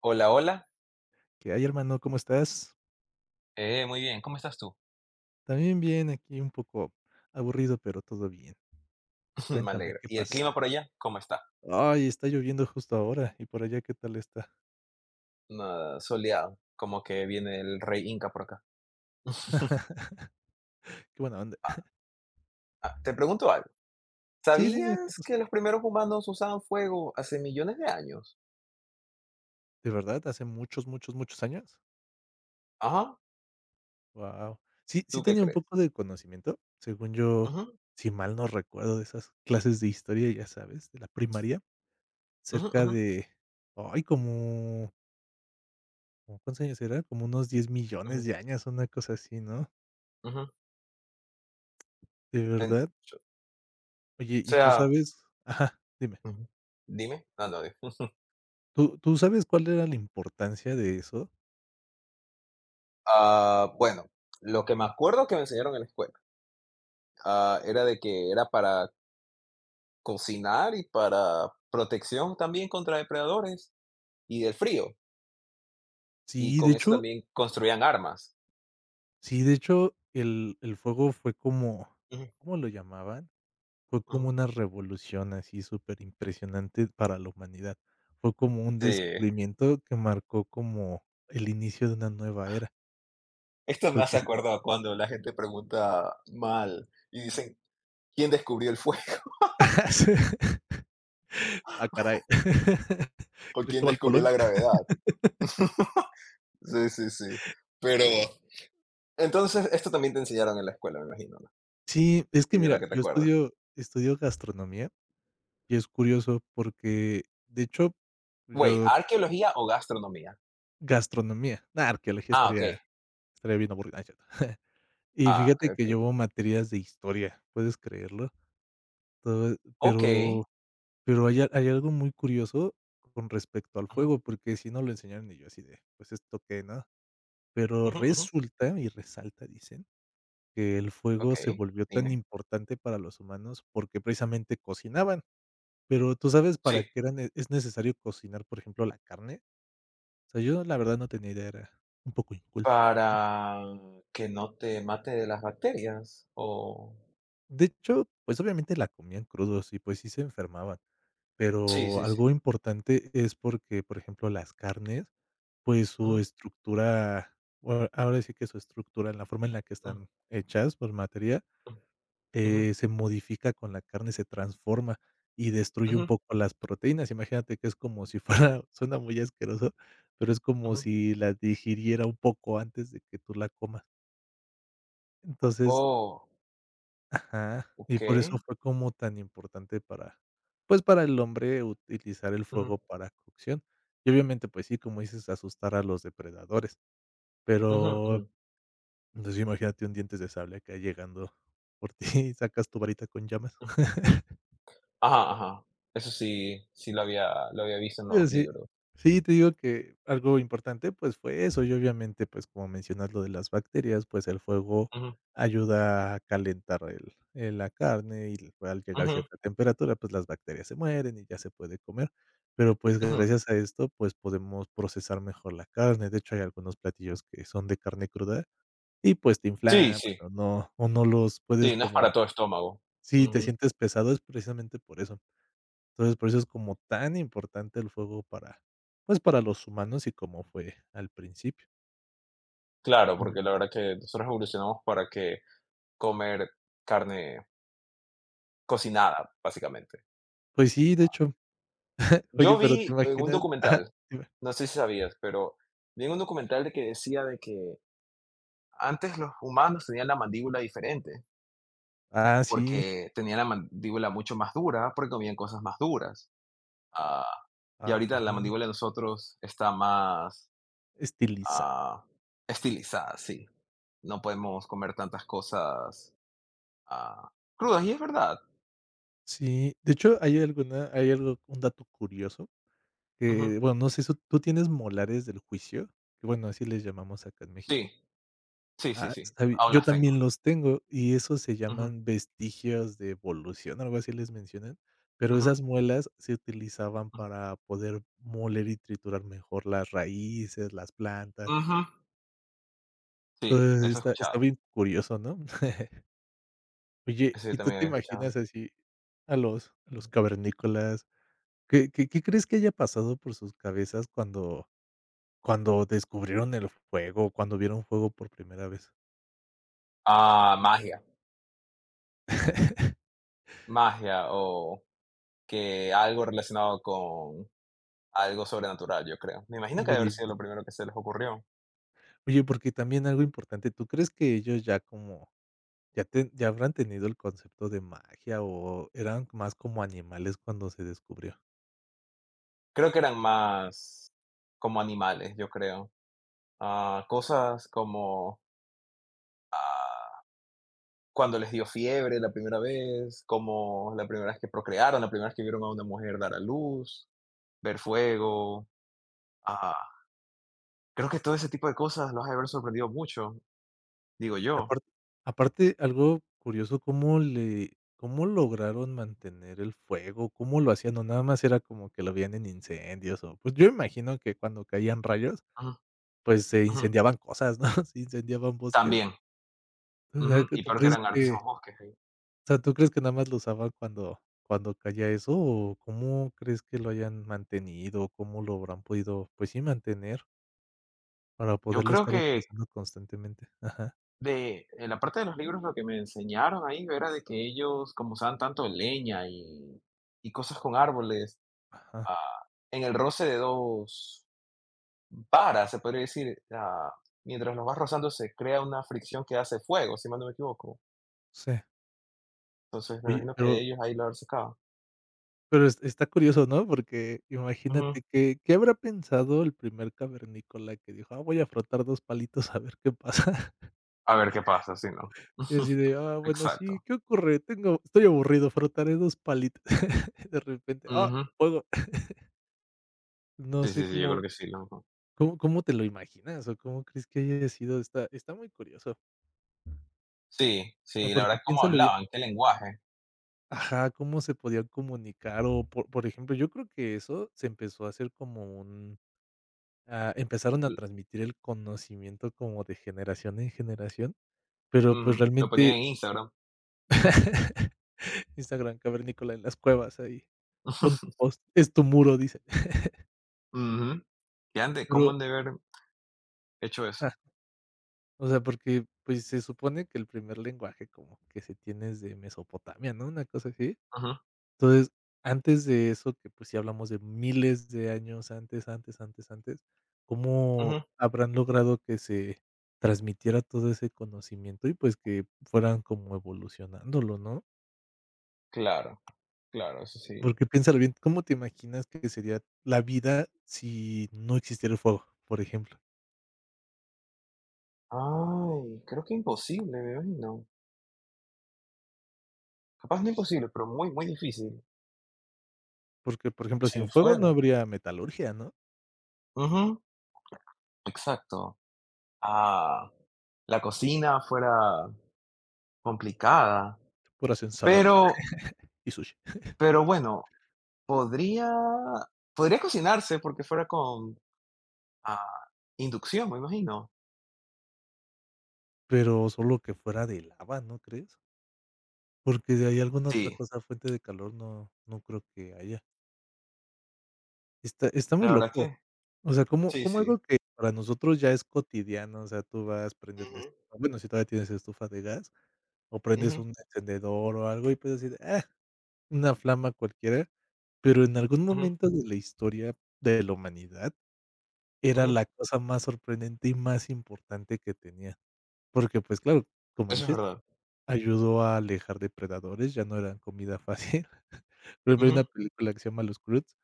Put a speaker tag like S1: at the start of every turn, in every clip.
S1: Hola, hola.
S2: ¿Qué hay, hermano? ¿Cómo estás?
S1: Muy bien, ¿cómo estás tú?
S2: También bien, aquí un poco aburrido, pero todo bien.
S1: Me
S2: Cuéntame,
S1: alegro.
S2: ¿qué
S1: ¿Y el
S2: pasa?
S1: clima por allá? ¿Cómo está?
S2: Ay, está lloviendo justo ahora. ¿Y por allá qué tal está?
S1: Ah, soleado. Como que viene el rey Inca por acá.
S2: Qué buena onda.
S1: Ah, te pregunto algo.
S2: Sí, dime, ¿qué
S1: ¿Sabías
S2: pasa?
S1: que los primeros humanos usaban fuego hace millones de años?
S2: ¿De verdad? ¿Hace muchos, muchos, muchos años?
S1: Ajá.
S2: Wow. Sí, sí
S1: ¿Tú qué
S2: tenía un
S1: crees?
S2: poco de conocimiento, según yo,
S1: Ujú,
S2: si mal no recuerdo, de esas clases de historia, ya sabes, de la primaria,
S1: ujú, ujú,
S2: cerca
S1: ujú,
S2: de, ay, como, ¿como cuántos años era? Como unos diez millones
S1: ujú.
S2: de años, una cosa así, ¿no? ¿De
S1: En-
S2: verdad?
S1: o
S2: Oye, ¿y tú
S1: sea,
S2: sabes? Ajá, dime.
S1: ujú. Dime. No, no.
S2: ¿Tú sabes cuál era la importancia de eso?
S1: Ah, bueno, lo que me acuerdo que me enseñaron en la escuela era de que era para cocinar y para protección también contra depredadores y del frío, y
S2: Sí, de
S1: con eso
S2: hecho
S1: también construían armas.
S2: sí, de hecho, el fuego fue como,
S1: Ujú,
S2: ¿cómo lo llamaban? Fue como
S1: ujú.
S2: una revolución así súper impresionante para la humanidad. Fue como un
S1: Sí,
S2: descubrimiento que marcó como el inicio de una nueva era,
S1: esto me hace
S2: porque sí.
S1: acuerdo a cuando la gente pregunta mal y dicen, ¿quién descubrió el fuego?
S2: Ah, caray.
S1: ¿O quién
S2: Cristóbal
S1: descubrió la
S2: Colón.
S1: gravedad? Sí, sí, sí. Pero entonces esto también te enseñaron en la escuela, me imagino, ¿no?
S2: Sí, es que
S1: Y de lo
S2: mira,
S1: que te
S2: yo
S1: acuerdas.
S2: estudio gastronomía. Y es curioso porque, de hecho,
S1: Güey,
S2: yo
S1: ¿arqueología o gastronomía?
S2: gastronomía. Nah, arqueología
S1: Ah,
S2: estaría
S1: ok.
S2: estaría bien aburrida, no es cierto. Y
S1: Ok,
S2: fíjate que
S1: ok.
S2: llevo materias de historia, ¿puedes creerlo? Todo
S1: Ok.
S2: pero hay hay algo muy curioso con respecto al
S1: Ujú,
S2: fuego, porque si no lo enseñaron y yo así de, pues, ¿esto qué, no? Pero
S1: ujú, ujú.
S2: resulta y resalta, dicen, que el fuego
S1: Ok,
S2: se volvió tan
S1: dime.
S2: importante para los humanos porque precisamente cocinaban. Pero, ¿tú sabes para
S1: Sí.
S2: qué era ne es necesario cocinar, por ejemplo, la carne? Sea, yo la verdad no tenía idea, era un poco inculto.
S1: Para que no te mate de las bacterias, o
S2: De hecho, pues, obviamente la comían crudos y, pues, sí se enfermaban,
S1: sí,
S2: pero
S1: sí, sí.
S2: algo importante es porque, por ejemplo, las carnes, pues, su
S1: Ujú,
S2: estructura, bueno, ahora sí que su estructura, la forma en la que
S1: ujú,
S2: están hechas por materia,
S1: ujú, ujú,
S2: se modifica con la carne, se transforma y destruye un
S1: ujú.
S2: poco las proteínas. Imagínate que es como si fuera, suena muy asqueroso, pero es como si las digiriera un poco antes de que tú la comas. Entonces,
S1: Oh,
S2: ajá, y por eso
S1: okey.
S2: fue como tan importante para, pues, para el hombre utilizar el
S1: Ujú,
S2: fuego para cocción. Y obviamente, pues sí, como dices, asustar a los depredadores,
S1: ujú,
S2: pero,
S1: ujú,
S2: pues, imagínate un dientes de sable acá llegando por ti y sacas tu varita con llamas.
S1: ujú. Ajá, ajá. Eso sí, sí lo había visto en los
S2: Sí.
S1: libros.
S2: Sí, te digo que algo importante, pues, fue eso, y obviamente, pues, como mencionas lo de las bacterias, pues, el fuego
S1: Ujú,
S2: ayuda a calentar el la carne y al llegar a
S1: ujú,
S2: cierta temperatura, pues, las bacterias se mueren y ya se puede comer. Pero, pues,
S1: ujú.
S2: gracias a esto, pues, podemos procesar mejor la carne. De hecho, hay algunos platillos que son de carne cruda y, pues, te
S1: Sí,
S2: inflaman
S1: sí,
S2: o no los puedes
S1: sí, no es
S2: como
S1: para todo estómago.
S2: si te
S1: Ujú.
S2: sientes pesado, es precisamente por eso. Entonces, por eso es como tan importante el fuego para, pues, para los humanos y como fue al principio.
S1: Claro,
S2: Mm.
S1: porque la verdad que nosotros evolucionamos para que comer carne cocinada, básicamente.
S2: Pues sí, de hecho,
S1: Yo
S2: oye, pero te
S1: vi en un
S2: imaginas, ajá,
S1: documental,
S2: dime.
S1: no sé si sabías, pero vi en un documental de que decía de que antes los humanos tenían la mandíbula diferente,
S2: Ah, sí,
S1: porque tenían la mandíbula mucho más dura, porque comían cosas más duras. Ah, y ahorita la
S2: okey,
S1: mandíbula de nosotros está más
S2: estilizado.
S1: ah, estilizada, sí. No podemos comer tantas cosas ah, crudas, y es verdad.
S2: Sí, de hecho, hay algo un dato curioso
S1: Ujú.
S2: que, bueno, no sé, eso. ¿Tú tienes molares del juicio? Que, bueno, así les llamamos acá en
S1: Sí,
S2: México.
S1: sí, sí,
S2: Ah,
S1: sí.
S2: sabi
S1: Aún
S2: yo
S1: las tengo.
S2: también los tengo, y esos se
S1: Ujú,
S2: llaman vestigios de evolución, algo así les mencionan, pero
S1: ujú,
S2: esas muelas se utilizaban
S1: ujú,
S2: para poder moler y triturar mejor las raíces, las plantas.
S1: ujú. Sí,
S2: Entonces,
S1: eso he
S2: está
S1: escuchado.
S2: bien curioso, ¿no? Oye,
S1: Eso yo
S2: ¿y tú
S1: también
S2: te
S1: había escuchado.
S2: imaginas así a los cavernícolas? ¿Qué crees que haya pasado por sus cabezas cuando cuando descubrieron el fuego, cuando vieron fuego por primera vez?
S1: Ah, magia. Magia o que algo relacionado con algo sobrenatural, yo creo. Me imagino que
S2: Algo
S1: debe haber sido lo
S2: divino.
S1: primero que se les ocurrió.
S2: Oye, porque también algo importante, ¿tú crees que ellos ya como, ya habrán tenido el concepto de magia o eran más como animales cuando se descubrió?
S1: Creo que eran más como animales, yo creo. Ah, cosas como ah, cuando les dio fiebre la primera vez, como la primera vez que procrearon, la primera vez que vieron a una mujer dar a luz, ver fuego. Ah, creo que todo ese tipo de cosas los ha de haber sorprendido mucho, digo
S2: Y
S1: yo.
S2: aparte, aparte, algo curioso, cómo lograron mantener el fuego? ¿Cómo lo hacían? No nada más era como que lo veían en incendios. O, pues, yo imagino que cuando caían rayos,
S1: Ujú,
S2: pues, se
S1: ujú.
S2: incendiaban cosas, ¿no? Se incendiaban bosques.
S1: También.
S2: O sea,
S1: Ujú, y
S2: tú
S1: peor que
S2: crees
S1: eran
S2: que
S1: hartísimos bosques ahí.
S2: sea, ¿tú crees que nada más lo usaban cuando cuando caía eso, o cómo crees que lo hayan mantenido? ¿Cómo lo habrán podido, pues sí, mantener para
S1: Yo
S2: poderlo
S1: creo
S2: estar
S1: que
S2: utilizando constantemente? Ajá,
S1: de, en la parte de los libros lo que me enseñaron ahí era de que ellos, como usaban tanto leña y cosas con árboles,
S2: ajá,
S1: ah, en el roce de dos varas, se podría decir, mientras los vas rozando se crea una fricción que hace fuego, si mal no me equivoco.
S2: sí.
S1: Entonces me
S2: Oye,
S1: imagino que ellos ahí lo habrán sacado.
S2: pero es está curioso, ¿no? Porque imagínate
S1: Ujú.
S2: que, ¿qué habrá pensado el primer cavernícola que dijo: "Ah, voy a frotar 2 palitos a ver qué pasa?"
S1: A ver qué pasa, si ¿no?
S2: Y así de: "Ah, bueno, sí,
S1: Exacto.
S2: ¿qué ocurre? Tengo estoy aburrido, frotaré 2 palitos". De repente, ah,
S1: Ujú.
S2: fuego. No
S1: Sí,
S2: sé
S1: sí, sí, yo creo
S2: cómo.
S1: que sí, lo mismo.
S2: ¿Cómo te lo imaginas o cómo crees que haya sido? Está muy curioso.
S1: Sí,
S2: O sea,
S1: sí, la
S2: porque
S1: verdad, cómo
S2: piénsalo bien
S1: hablaban, qué lenguaje.
S2: ajá, ¿cómo se podía comunicar? O, por ejemplo, yo creo que eso se empezó a hacer como un empezaron a transmitir el conocimiento como de generación en generación, pero, pues,
S1: Ujú, lo ponían
S2: realmente
S1: en Instagram.
S2: Instagram cavernícola en las cuevas ahí. Pon tu post, es tu muro, dice.
S1: Ujú. ¿Qué han de cómo
S2: Pero
S1: han de haber hecho
S2: ah,
S1: eso?
S2: o sea, porque, pues, se supone que el primer lenguaje como que se tiene es de Mesopotamia, ¿no? Una cosa así.
S1: Ujú,
S2: Entonces, antes de eso, que pues si hablamos de miles de años antes, antes, antes, antes, ¿cómo
S1: ujú.
S2: habrán logrado que se transmitiera todo ese conocimiento y pues que fueran como evolucionándolo, no?
S1: Claro, claro, eso sí.
S2: Porque piénsalo bien, ¿cómo te imaginas que sería la vida si no existiera el fuego, por ejemplo?
S1: Ay, creo que imposible, me imagino. Capaz no imposible, pero muy, muy difícil.
S2: Porque, por ejemplo, sin
S1: Sin
S2: fuego no
S1: fuego.
S2: habría metalurgia, ¿no?
S1: Ujú, exacto. Ah, la cocina fuera complicada,
S2: Puras ensaladas
S1: pero
S2: y sushi.
S1: bueno, podría podría cocinarse porque fuera con, ah, inducción, me imagino.
S2: Pero solo que fuera de lava, ¿no crees? Porque de ahí alguna otra
S1: Sí,
S2: cosa, fuente de calor, no, no creo que haya. Está muy
S1: la verdad
S2: loco.
S1: que
S2: O sea, como
S1: sí,
S2: como
S1: sí.
S2: algo que para nosotros ya es cotidiano. O sea, tú vas, prendes la
S1: Ujú,
S2: estufa, bueno, si todavía tienes estufa de gas, o prendes
S1: ujú,
S2: un encendedor o algo y puedes decir: "Ah, una flama cualquiera", pero en algún
S1: ujú.
S2: momento de la historia de la humanidad era
S1: Ujú,
S2: la cosa más sorprendente y más importante que tenía, porque, pues, claro, como
S1: eso es
S2: dices,
S1: verdad.
S2: ayudó a alejar depredadores, ya no eran comida fácil. Por ejemplo, hay
S1: Ujú,
S2: una película que se llama Los Croods,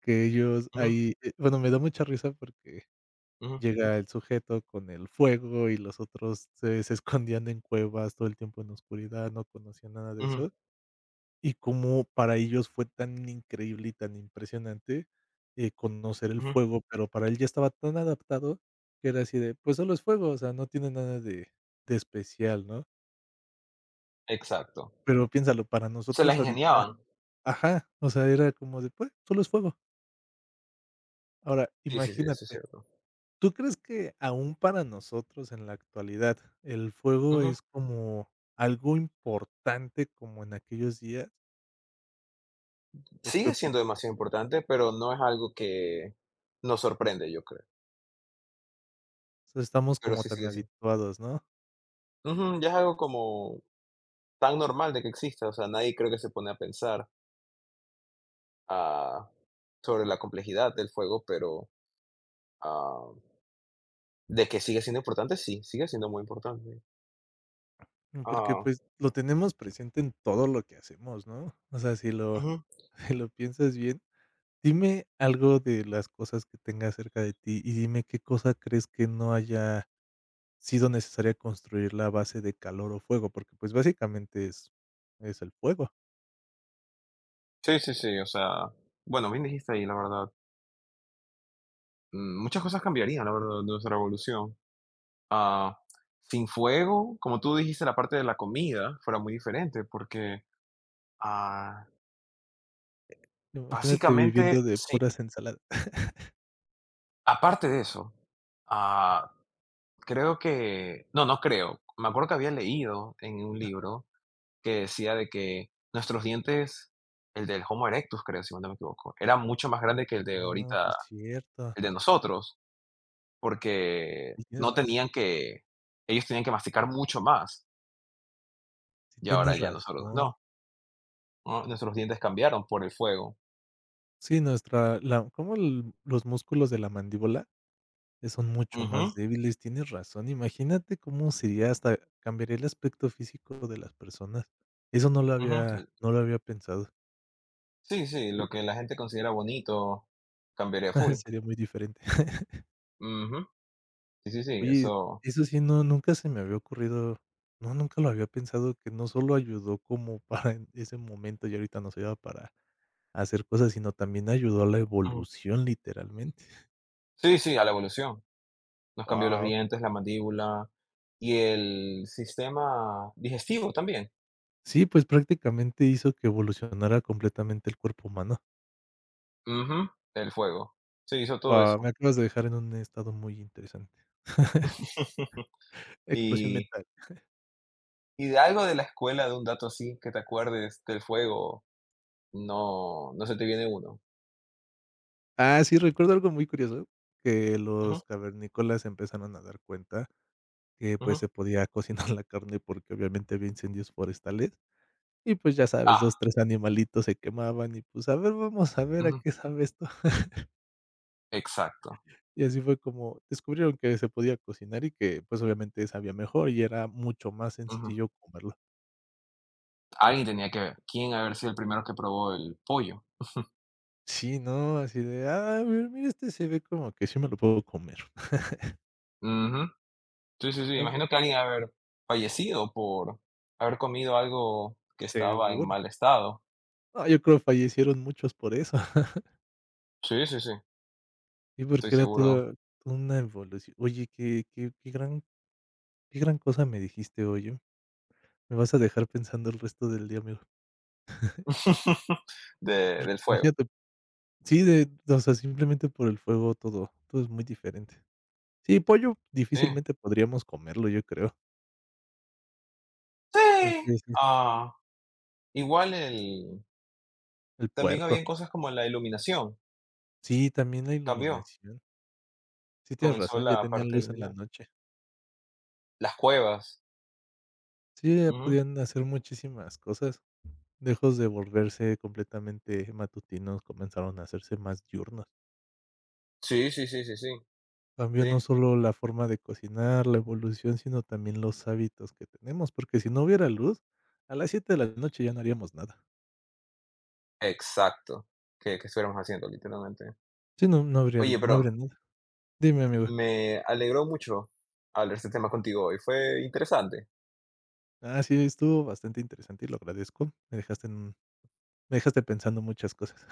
S2: que ellos
S1: ujú,
S2: ahí, bueno, me da mucha risa porque
S1: ujú,
S2: llega el sujeto con el fuego y los otros se escondían en cuevas todo el tiempo en oscuridad, no conocían nada de
S1: ujú,
S2: eso. Y cómo para ellos fue tan increíble y tan impresionante, conocer el
S1: ujú,
S2: fuego, pero para él ya estaba tan adaptado que era así de, pues solo es fuego, o sea, no tiene nada de especial, ¿no?
S1: exacto.
S2: Pero piénsalo, para
S1: Se las
S2: nosotros ahorita
S1: ingeniaban.
S2: ajá, o sea, era como de, pues, solo es fuego. Ahora,
S1: Sí, sí, sí, eso es
S2: imagínate.
S1: cierto.
S2: ¿Tú crees que aún para nosotros en la actualidad el fuego
S1: Ujú.
S2: es como algo importante como en aquellos días? ¿O qué
S1: Sigue siendo
S2: opinas?
S1: demasiado importante, pero no es algo que nos sorprende, yo creo.
S2: Estamos
S1: Pero
S2: como
S1: sí,
S2: tan
S1: sigue siendo.
S2: habituados, ¿no?
S1: Ujú, ya es algo como tan normal de que exista, o sea, nadie creo que se pone a pensar, ah, sobre la complejidad del fuego, pero, ah, de que sigue siendo importante, sí, sigue siendo muy importante.
S2: Mm, porque,
S1: Ah,
S2: pues, lo tenemos presente en todo lo que hacemos, ¿no? O sea, si lo
S1: Ujú.
S2: si lo piensas bien, dime algo de las cosas que tengas cerca de ti y dime qué cosa crees que no haya sido necesaria construir la base de calor o fuego, porque, pues, básicamente es el fuego.
S1: Sí, sí, sí, o sea, bueno, bien dijiste ahí, la verdad. Mm, muchas cosas cambiarían, la verdad, de nuestra evolución. Ah, sin fuego, como tú dijiste, la parte de la comida fuera muy diferente, porque ah,
S2: No, imagínate
S1: básicamente,
S2: viviendo de
S1: sí.
S2: puras ensaladas.
S1: Aparte de eso, ah, creo que, no, no creo. Me acuerdo que había leído en un libro que decía de que nuestros dientes, el del Homo erectus, creo, si no me equivoco, era mucho más grande que el de
S2: No, sí
S1: ahorita,
S2: es cierto.
S1: el de nosotros, porque
S2: Sí tienes
S1: no
S2: razón,
S1: tenían que, ellos tenían que masticar mucho más.
S2: sí
S1: Y ahora
S2: tienes
S1: ya nosotros
S2: razón.
S1: no, no, nuestros dientes cambiaron por el fuego.
S2: Sí, nuestra la cómo el los músculos de la mandíbula, son mucho más
S1: Ujú,
S2: débiles, tienes razón. Imagínate cómo sería hasta cambiaría el aspecto físico de las personas. Eso
S1: ujú.
S2: no lo había pensado.
S1: Sí, sí, lo que la gente considera bonito cambiaría full.
S2: Sería muy diferente.
S1: Ujú. Sí, sí, sí,
S2: Oye,
S1: eso.
S2: eso sí, no, nunca se me había ocurrido. No, nunca lo había pensado que no solo ayudó como para en ese momento y ahorita nos ayuda para a hacer cosas, sino también ayudó a la
S1: Ujú.
S2: evolución, literalmente.
S1: Sí, sí, a la evolución. Nos cambió los
S2: Wow.
S1: dientes, la mandíbula y el sistema digestivo también.
S2: Sí, pues, prácticamente hizo que evolucionara completamente el cuerpo humano.
S1: Ujú, el fuego. Sí, hizo todo
S2: Guau, me
S1: eso.
S2: acabas de dejar en un estado muy interesante. Explosión
S1: Y,
S2: mental.
S1: y de algo de la escuela, de un dato así que te acuerdes del fuego, no, no se te viene uno.
S2: Ah, sí, recuerdo algo muy curioso, que
S1: Ujú,
S2: los cavernícolas empezaron a dar cuenta que, pues,
S1: ujú.
S2: se podía cocinar la carne porque obviamente había incendios forestales y, pues, ya sabes, 2
S1: Ah,
S2: 3 animalitos se quemaban y, pues, a ver, vamos a ver a
S1: Ujú,
S2: qué sabe esto.
S1: exacto.
S2: Y así fue como descubrieron que se podía cocinar y que, pues, obviamente sabía mejor y era mucho más
S1: Ujú.
S2: sencillo comerlo.
S1: Alguien tenía que ver. ¿Quién haber sido el primero que probó el pollo?
S2: Sí, no, así de: "Ah, mi mira, este se ve como que sí me lo puedo comer".
S1: Ujú. Sí, sí, sí,
S2: Ah, fue
S1: imagino que alguien ha de haber fallecido por haber comido algo que estaba en
S2: seguro.
S1: mal estado.
S2: No, yo creo fallecieron muchos por eso.
S1: Sí, sí, sí,
S2: Y
S1: estoy
S2: porque era
S1: seguro
S2: toda una evolución. Oye, qué gran cosa me dijiste, oye. Me vas a dejar pensando el resto del día, amigo.
S1: de del fuego.
S2: Imagínate sí, de o sea, simplemente por el fuego todo es muy diferente. Sí, pollo
S1: Sí.
S2: difícilmente podríamos comerlo, yo creo. Porque
S1: Sí.
S2: dices:
S1: Ah, igual el
S2: "El
S1: también
S2: puerco".
S1: habían cosas como la iluminación,
S2: Sí, también la
S1: cambió,
S2: iluminación. Sí, tienes
S1: comenzó
S2: razón, ya
S1: la
S2: tenían
S1: parte de
S2: luz en la
S1: iluminar.
S2: noche.
S1: Las cuevas.
S2: Sí, ya
S1: Ujú.
S2: podían hacer muchísimas cosas. Dejos de volverse completamente matutinos, comenzaron a hacerse más diurnos.
S1: Sí, sí, sí, sí, sí,
S2: Cambió
S1: sí.
S2: no solo la forma de cocinar, la evolución, sino también los hábitos que tenemos, porque si no hubiera luz, a las 7 de la noche ya no haríamos nada.
S1: Exacto, que estuviéramos haciendo literalmente.
S2: Sí, no,
S1: Oye,
S2: no habría
S1: pero
S2: nada. Dime, amigo.
S1: me alegró mucho hablar este tema contigo hoy. Fue interesante
S2: Ah, sí, estuvo bastante interesante y lo agradezco. Me dejaste pensando muchas cosas.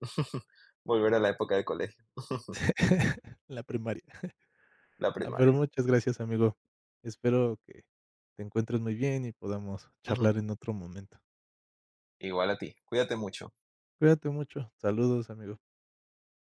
S1: volver a la época de colegio,
S2: La primaria.
S1: la
S2: Ah, pero
S1: primaria.
S2: muchas gracias, amigo. Espero que te encuentres muy bien y podamos
S1: Ujú.
S2: charlar en otro momento.
S1: Igual a ti. Cuídate mucho.
S2: Cuídate mucho. Saludos, amigo.